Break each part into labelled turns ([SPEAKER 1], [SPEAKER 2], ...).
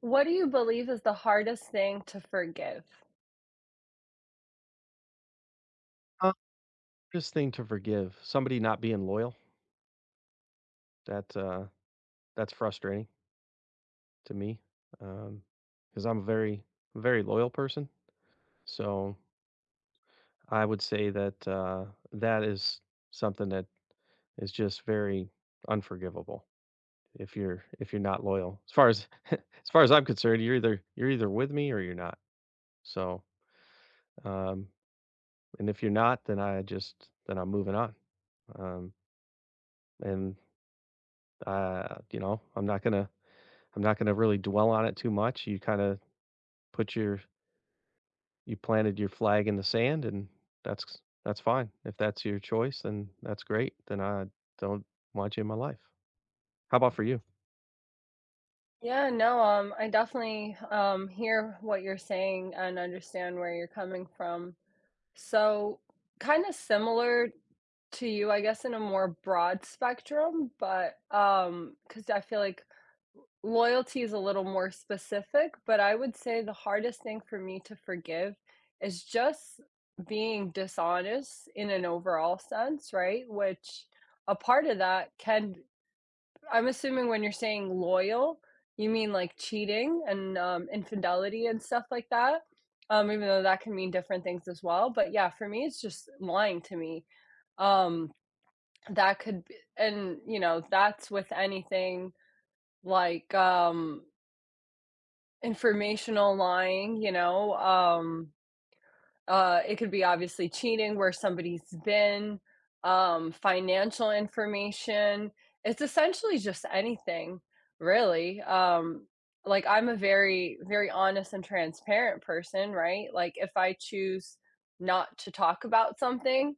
[SPEAKER 1] What do you believe is the hardest thing to forgive?
[SPEAKER 2] Hardest thing to forgive, somebody not being loyal. That, uh, that's frustrating to me, because 'cause I'm a very, very loyal person. So, I would say that, that is something that is just very unforgivable if you're not loyal. As far as as far as I'm concerned, you're either with me or you're not. So, um, and if you're not, then I just then I'm moving on. Um, and, you know, I'm not gonna really dwell on it too much. You kinda put your you planted your flag in the sand, and that's fine. If that's your choice, then that's great. Then I don't want you in my life. How about for you?
[SPEAKER 1] Yeah, no, I definitely hear what you're saying and understand where you're coming from. So, kind of similar to you, I guess, in a more broad spectrum, but because I feel like loyalty is a little more specific, but I would say the hardest thing for me to forgive is just being dishonest in an overall sense, right? Which a part of that can, I'm assuming when you're saying loyal, you mean like cheating and infidelity and stuff like that. Even though that can mean different things as well. But yeah, for me, it's just lying to me. Um, that could be, and you know, that's with anything like informational lying, you know, it could be obviously cheating, where somebody's been, financial information. It's essentially just anything, really. Like I'm a very, very honest and transparent person, right? Like if I choose not to talk about something,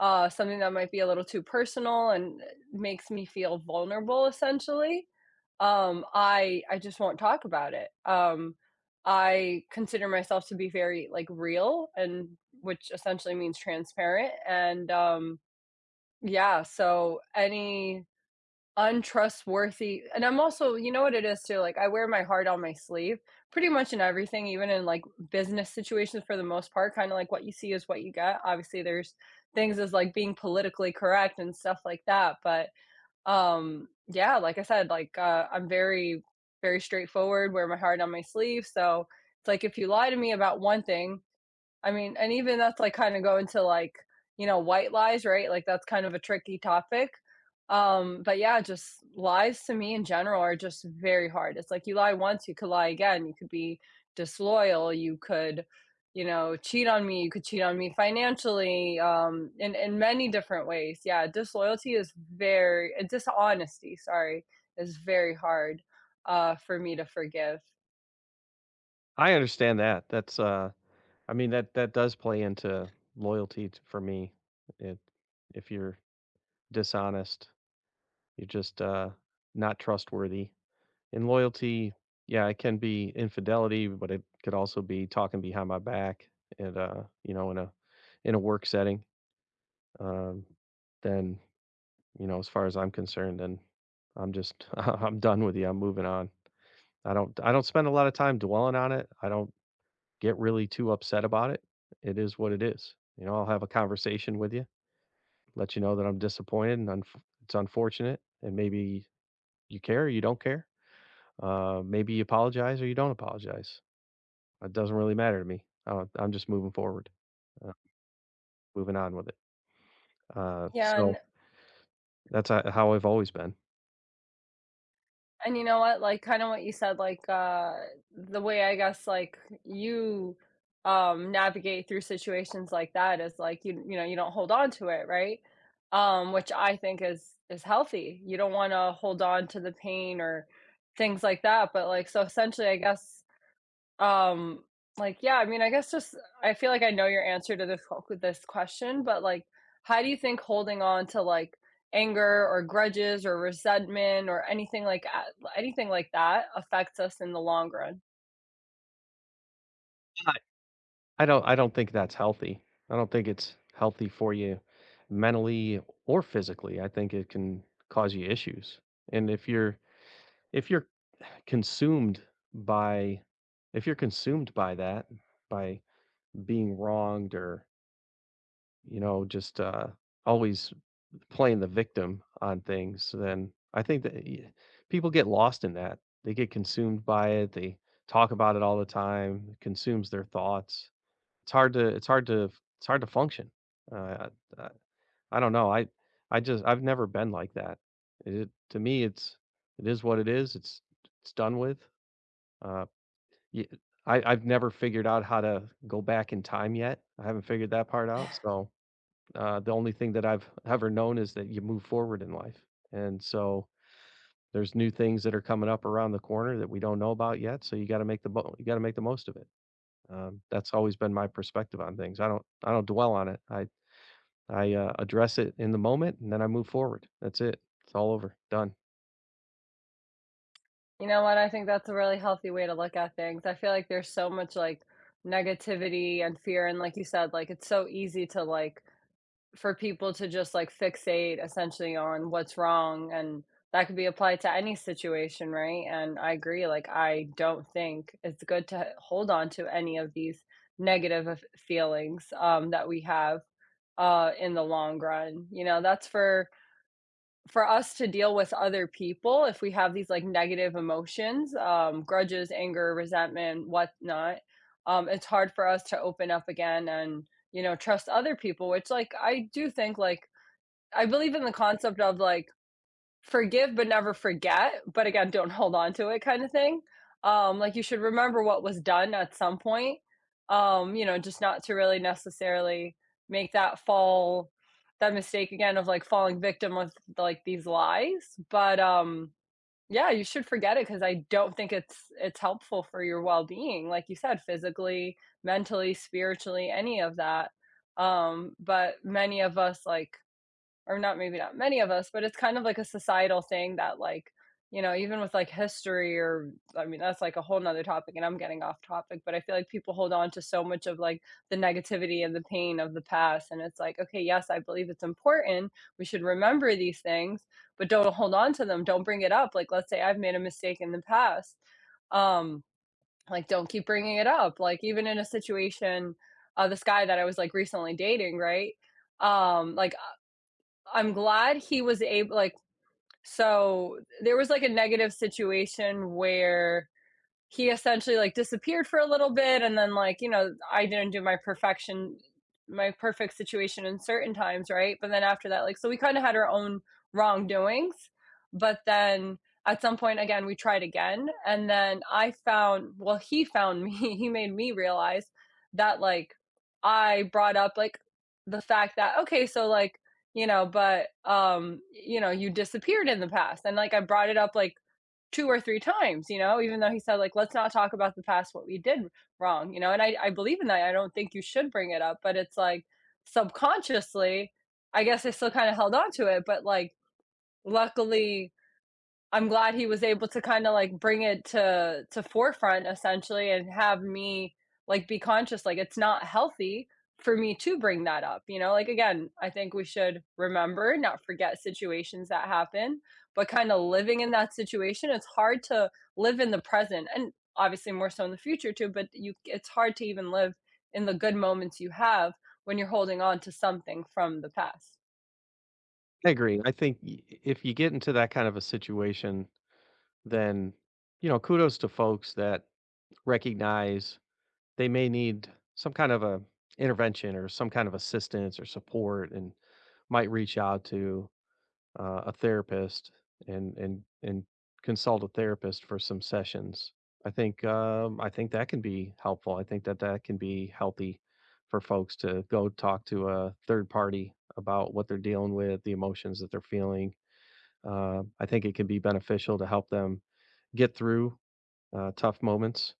[SPEAKER 1] something that might be a little too personal and makes me feel vulnerable, essentially, I just won't talk about it. I consider myself to be very, like, real and which essentially means transparent, and, yeah, so any untrustworthy, and I'm also, you know what it is too, like, I wear my heart on my sleeve pretty much in everything, even in, like, business situations. For the most part, kinda like what you see is what you get. Obviously, there's things as, like, being politically correct and stuff like that, but yeah, like I said, like, I'm very, very straightforward, wear my heart on my sleeve, so it's like if you lie to me about one thing, I mean, and even that's like kind of going to like, you know, white lies, right? Like that's kind of a tricky topic. But yeah, just lies to me in general are just very hard. It's like you lie once, you could lie again, you could be disloyal, you could, you know, cheat on me, you could cheat on me financially, in many different ways. Yeah, disloyalty is very, dishonesty, sorry, is very hard for me to forgive.
[SPEAKER 2] I understand that. I mean, that does play into loyalty t for me. It if you're dishonest, you're just, not trustworthy. And loyalty, yeah, it can be infidelity, but it could also be talking behind my back and you know, in a work setting. Um, then, you know, as far as I'm concerned, then I'm just I'm done with you. I'm moving on. I don't spend a lot of time dwelling on it. I don't get really too upset about it. It is what it is. You know, I'll have a conversation with you, let you know that I'm disappointed and it's unfortunate and maybe you care or you don't care. Maybe you apologize or you don't apologize. It doesn't really matter to me. I'm just moving forward, uh, moving on with it. Uh,
[SPEAKER 1] Yeah,
[SPEAKER 2] so
[SPEAKER 1] and
[SPEAKER 2] that's, how I've always been.
[SPEAKER 1] And you know what? Like kind of what you said, like the way I guess like you navigate through situations like that is like you know, you don't hold on to it, right? Um, which I think is healthy. You don't want to hold on to the pain or things like that, but like so essentially I guess um, like, yeah, I mean, I guess just I feel like I know your answer to this q this question, but, like, how do you think holding on to, like, anger or grudges or resentment or anything like at anything like that affects us in the long run?
[SPEAKER 2] But I don't think that's healthy. I don't think it's healthy for you mentally or physically. I think it can cause you issues. And if you're consumed by if you're consumed by that, by being wronged or, you know, just, always playing the victim on things, so then I think that y people get lost in that. They get consumed by it, they talk about it all the time, it consumes their thoughts. It's hard to it's hard to it's hard to function. Uh, I I I don't know, I just I've never been like that. It to me, it is what it is, it's done with. Uh, y I I've never figured out how to go back in time yet. I haven't figured that part out, so the only thing that I've ever known is that you move forward in life. And so there's new things that are coming up around the corner that we don't know about yet. So you got to you got to make the most of it. That's always been my perspective on things. I don't dwell on it. I address it in the moment and then I move forward. That's it. It's all over. Done.
[SPEAKER 1] You know what? I think that's a really healthy way to look at things. I feel like there's so much, like, negativity and fear, and like you said, like, it's so easy to, like, for people to just like fixate essentially on what's wrong, and that could be applied to any situation, right? And I agree, like I don't think it's good to hold on to any of these feelings, that we have in the long run, you know, that's for us to deal with other people if we have these like negative emotions, grudges, anger, resentment, whatnot. Um, it's hard for us to open up again and, you know, trust other people, which like I do think, like I believe in the concept of like forgive but never forget, but again, don't hold on to it kind of thing. Like you should remember what was done at some point. You know, just not to really necessarily make that fall that mistake again of like falling victim with like these lies. But um, yeah, you should forget it because I don't think it's helpful for your well-being, like you said, physically, mentally, spiritually, any of that. But many of us like, or not, maybe not many of us, but it's kind of like a societal thing that like, you know, even with like history, or I mean that's like a whole nother topic and I'm getting off topic, but I feel like people hold on to so much of like the negativity and the pain of the past. And it's like, okay, yes, I believe it's important. We should remember these things, but don't hold on to them. Don't bring it up. Like let's say I've made a mistake in the past. Um, like don't keep bringing it up. Like even in a situation, this guy that I was like recently dating, right? Like I'm glad he was able like, so there was like a negative situation where he essentially like disappeared for a little bit, and then like, you know, I didn't do my perfection my perfect situation in certain times, right? But then after that, like so we kind of had our own wrongdoings, but then at some point again we tried again, and then I found, well, he found me he made me realize that like I brought up like the fact that, okay, so like, you know, but um, you know, you disappeared in the past, and like I brought it up like two or three times, you know, even though he said, like, let's not talk about the past, what we did wrong, you know, and I believe in that. I don't think you should bring it up, but it's like subconsciously, I guess I still kind of held on to it, but like, luckily, I'm glad he was able to kind of like bring it to forefront essentially and have me like be conscious, like it's not healthy for me to bring that up, you know? Like again, I think we should remember, not forget, situations that happen, but kind of living in that situation, it's hard to live in the present and obviously more so in the future too, but you, it's hard to even live in the good moments you have when you're holding on to something from the past.
[SPEAKER 2] I agree. I think if you get into that kind of a situation, then you know kudos to folks that recognize they may need some kind of a intervention or some kind of assistance or support and might reach out to a therapist and consult a therapist for some sessions. I think I think that can be helpful. I think that that can be healthy for folks to go talk to a third party about what they're dealing with, the emotions that they're feeling. I think it can be beneficial to help them get through tough moments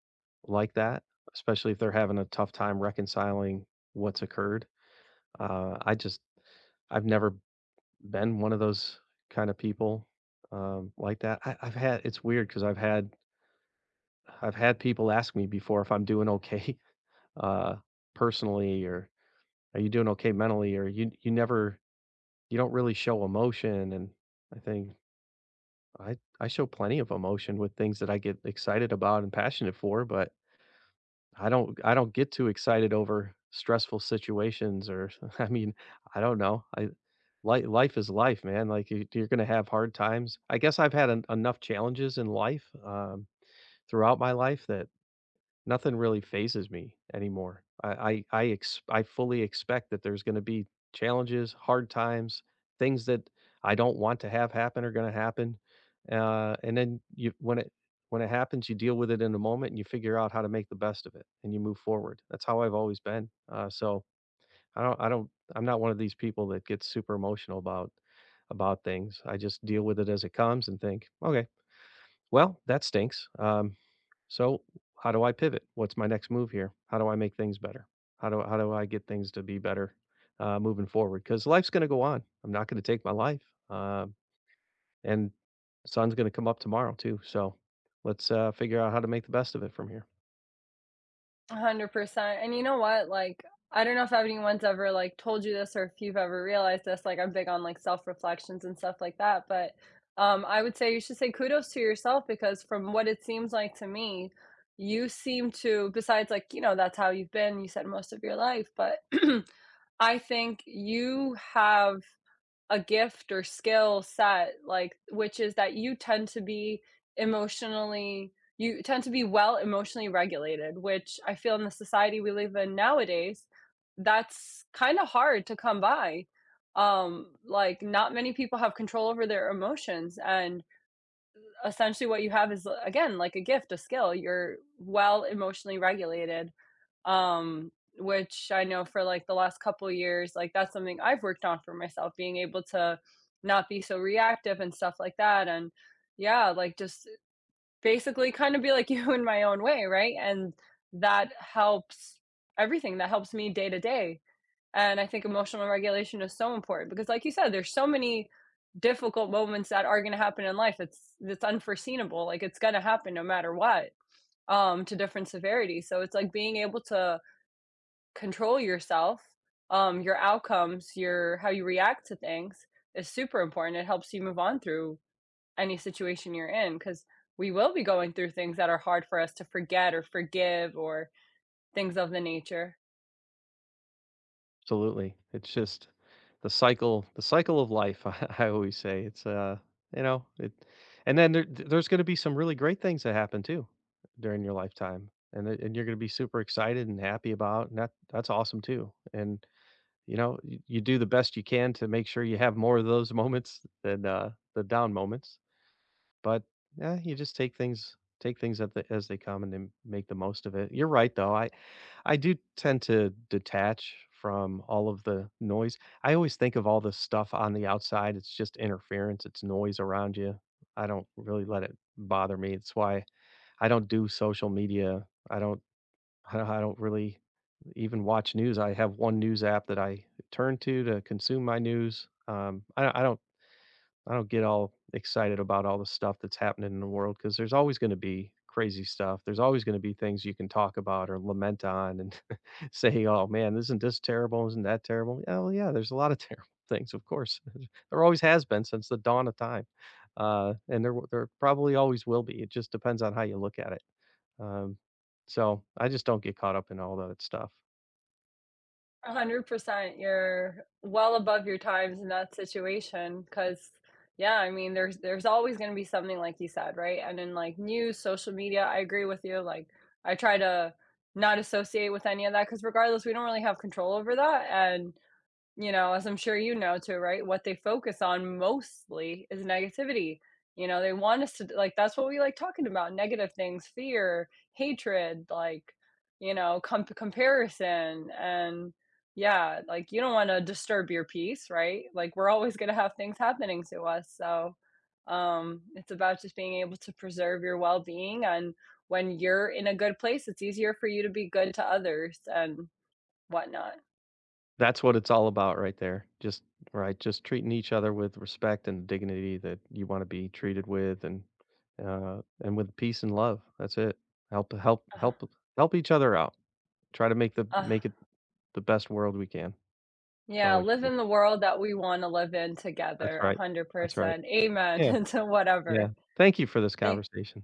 [SPEAKER 2] like that, especially if they're having a tough time reconciling what's occurred. Uh, I just, I've never been one of those kind of people like that. I've had, it's weird because I've had people ask me before if I'm doing okay uh, personally, or are you doing okay mentally, or you never, you don't really show emotion. And I think I show plenty of emotion with things that I get excited about and passionate for, but I don't get too excited over stressful situations or I mean, I don't know. I life is life, man. Like you're going to have hard times. I guess I've had enough challenges in life throughout my life that nothing really phases me anymore. I fully expect that there's gonna be challenges, hard times, things that I don't want to have happen are gonna happen, and then you when it happens, you deal with it in the moment, and you figure out how to make the best of it, and you move forward. That's how I've always been, so I don't I don't I'm not one of these people that gets super emotional about things. I just deal with it as it comes and think, "Okay, well, that stinks, So, how do I pivot? What's my next move here? How do I make things better? How do I get things to be better moving forward? Because life's going to go on. I'm not going to take my life, um, and the sun's going to come up tomorrow too. So, let's figure out how to make the best of it from here.
[SPEAKER 1] 100%, and you know what, like, I don't know if anyone's ever, like, told you this, or if you've ever realized this, like, I'm big on, like, self-reflections and stuff like that, but, I would say you should say kudos to yourself because from what it seems like to me, you seem to, besides, like, you know, that's how you've been, you said most of your life, but I think you have a gift or skill set, like, which is that you tend to be emotionally you tend to be well emotionally regulated, which I feel in the society we live in nowadays, that's kinda hard to come by. Like, not many people have control over their emotions, and essentially what you have is, again, like a gift, a skill, you're well emotionally regulated, um, which I know for like the last couple of years, like that's something I've worked on for myself, being able to not be so reactive and stuff like that. And yeah, like just basically kind of be like you in my own way, right? And that helps everything that helps me day to day. And I think emotional regulation is so important because, like you said, there's so many difficult moments that are going to happen in life. It's unforeseeable. Like it's going to happen no matter what, to different severity. So it's like being able to control yourself, your outcomes, your how you react to things is super important. It helps you move on through any situation you're in because we will be going through things that are hard for us to forget or forgive or things of the nature.
[SPEAKER 2] Absolutely. It's just the cycle of life, I always say. It's, you know, it and then there's gonna be some really great things that happen too during your lifetime, and it and you're gonna be super excited and happy about, and that's awesome too, and, you know, you do the best you can to make sure you have more of those moments than, the down moments, but, yeah, you just take things at the as they come and then make the most of it. You're right, though. I do tend to detach from all of the noise. I always think of all the stuff on the outside. It's just interference. It's noise around you. I don't really let it bother me. It's why I don't do social media. I don't. I don't really even watch news. I have one news app that I turn to consume my news. I don't. I don't get all excited about all the stuff that's happening in the world because there's always going to be crazy stuff. There's always going to be things you can talk about or lament on, and saying, "Oh, man, isn't this terrible? Isn't that terrible?" Oh, yeah, there's a lot of terrible things, of course. There always has been since the dawn of time, and there probably always will be. It just depends on how you look at it. Um, so I just don't get caught up in all that stuff.
[SPEAKER 1] 100%. You're well above your times in that situation, because, yeah, I mean, there's always gonna be something, like you said, right? And in, like, news, social media, I agree with you, like, I try to not associate with any of that, because regardless, we don't really have control over that, and you know, as I'm sure you know too, right? What they focus on mostly is negativity. You know, they want us to like, that's what we like talking about, negative things, fear, hatred, like, you know, comparison, and yeah, like you don't want to disturb your peace, right? Like we're always going to have things happening to us. So, um, it's about just being able to preserve your well-being, and when you're in a good place, it's easier for you to be good to others and whatnot.
[SPEAKER 2] That's what it's all about right there. Just right, just treating each other with respect and dignity that you wanna be treated with and with peace and love. That's it. Help help
[SPEAKER 1] Uh-huh.
[SPEAKER 2] help help each other out. Try to
[SPEAKER 1] uh uh
[SPEAKER 2] make it the best world we can. It's all
[SPEAKER 1] Yeah,
[SPEAKER 2] we
[SPEAKER 1] live
[SPEAKER 2] can do.
[SPEAKER 1] in the world that we wanna live in
[SPEAKER 2] That's
[SPEAKER 1] together,
[SPEAKER 2] right. That's right.
[SPEAKER 1] 100%.
[SPEAKER 2] Yeah,
[SPEAKER 1] Amen to
[SPEAKER 2] yeah.
[SPEAKER 1] whatever.
[SPEAKER 2] Thank you for this
[SPEAKER 1] Thank
[SPEAKER 2] conversation.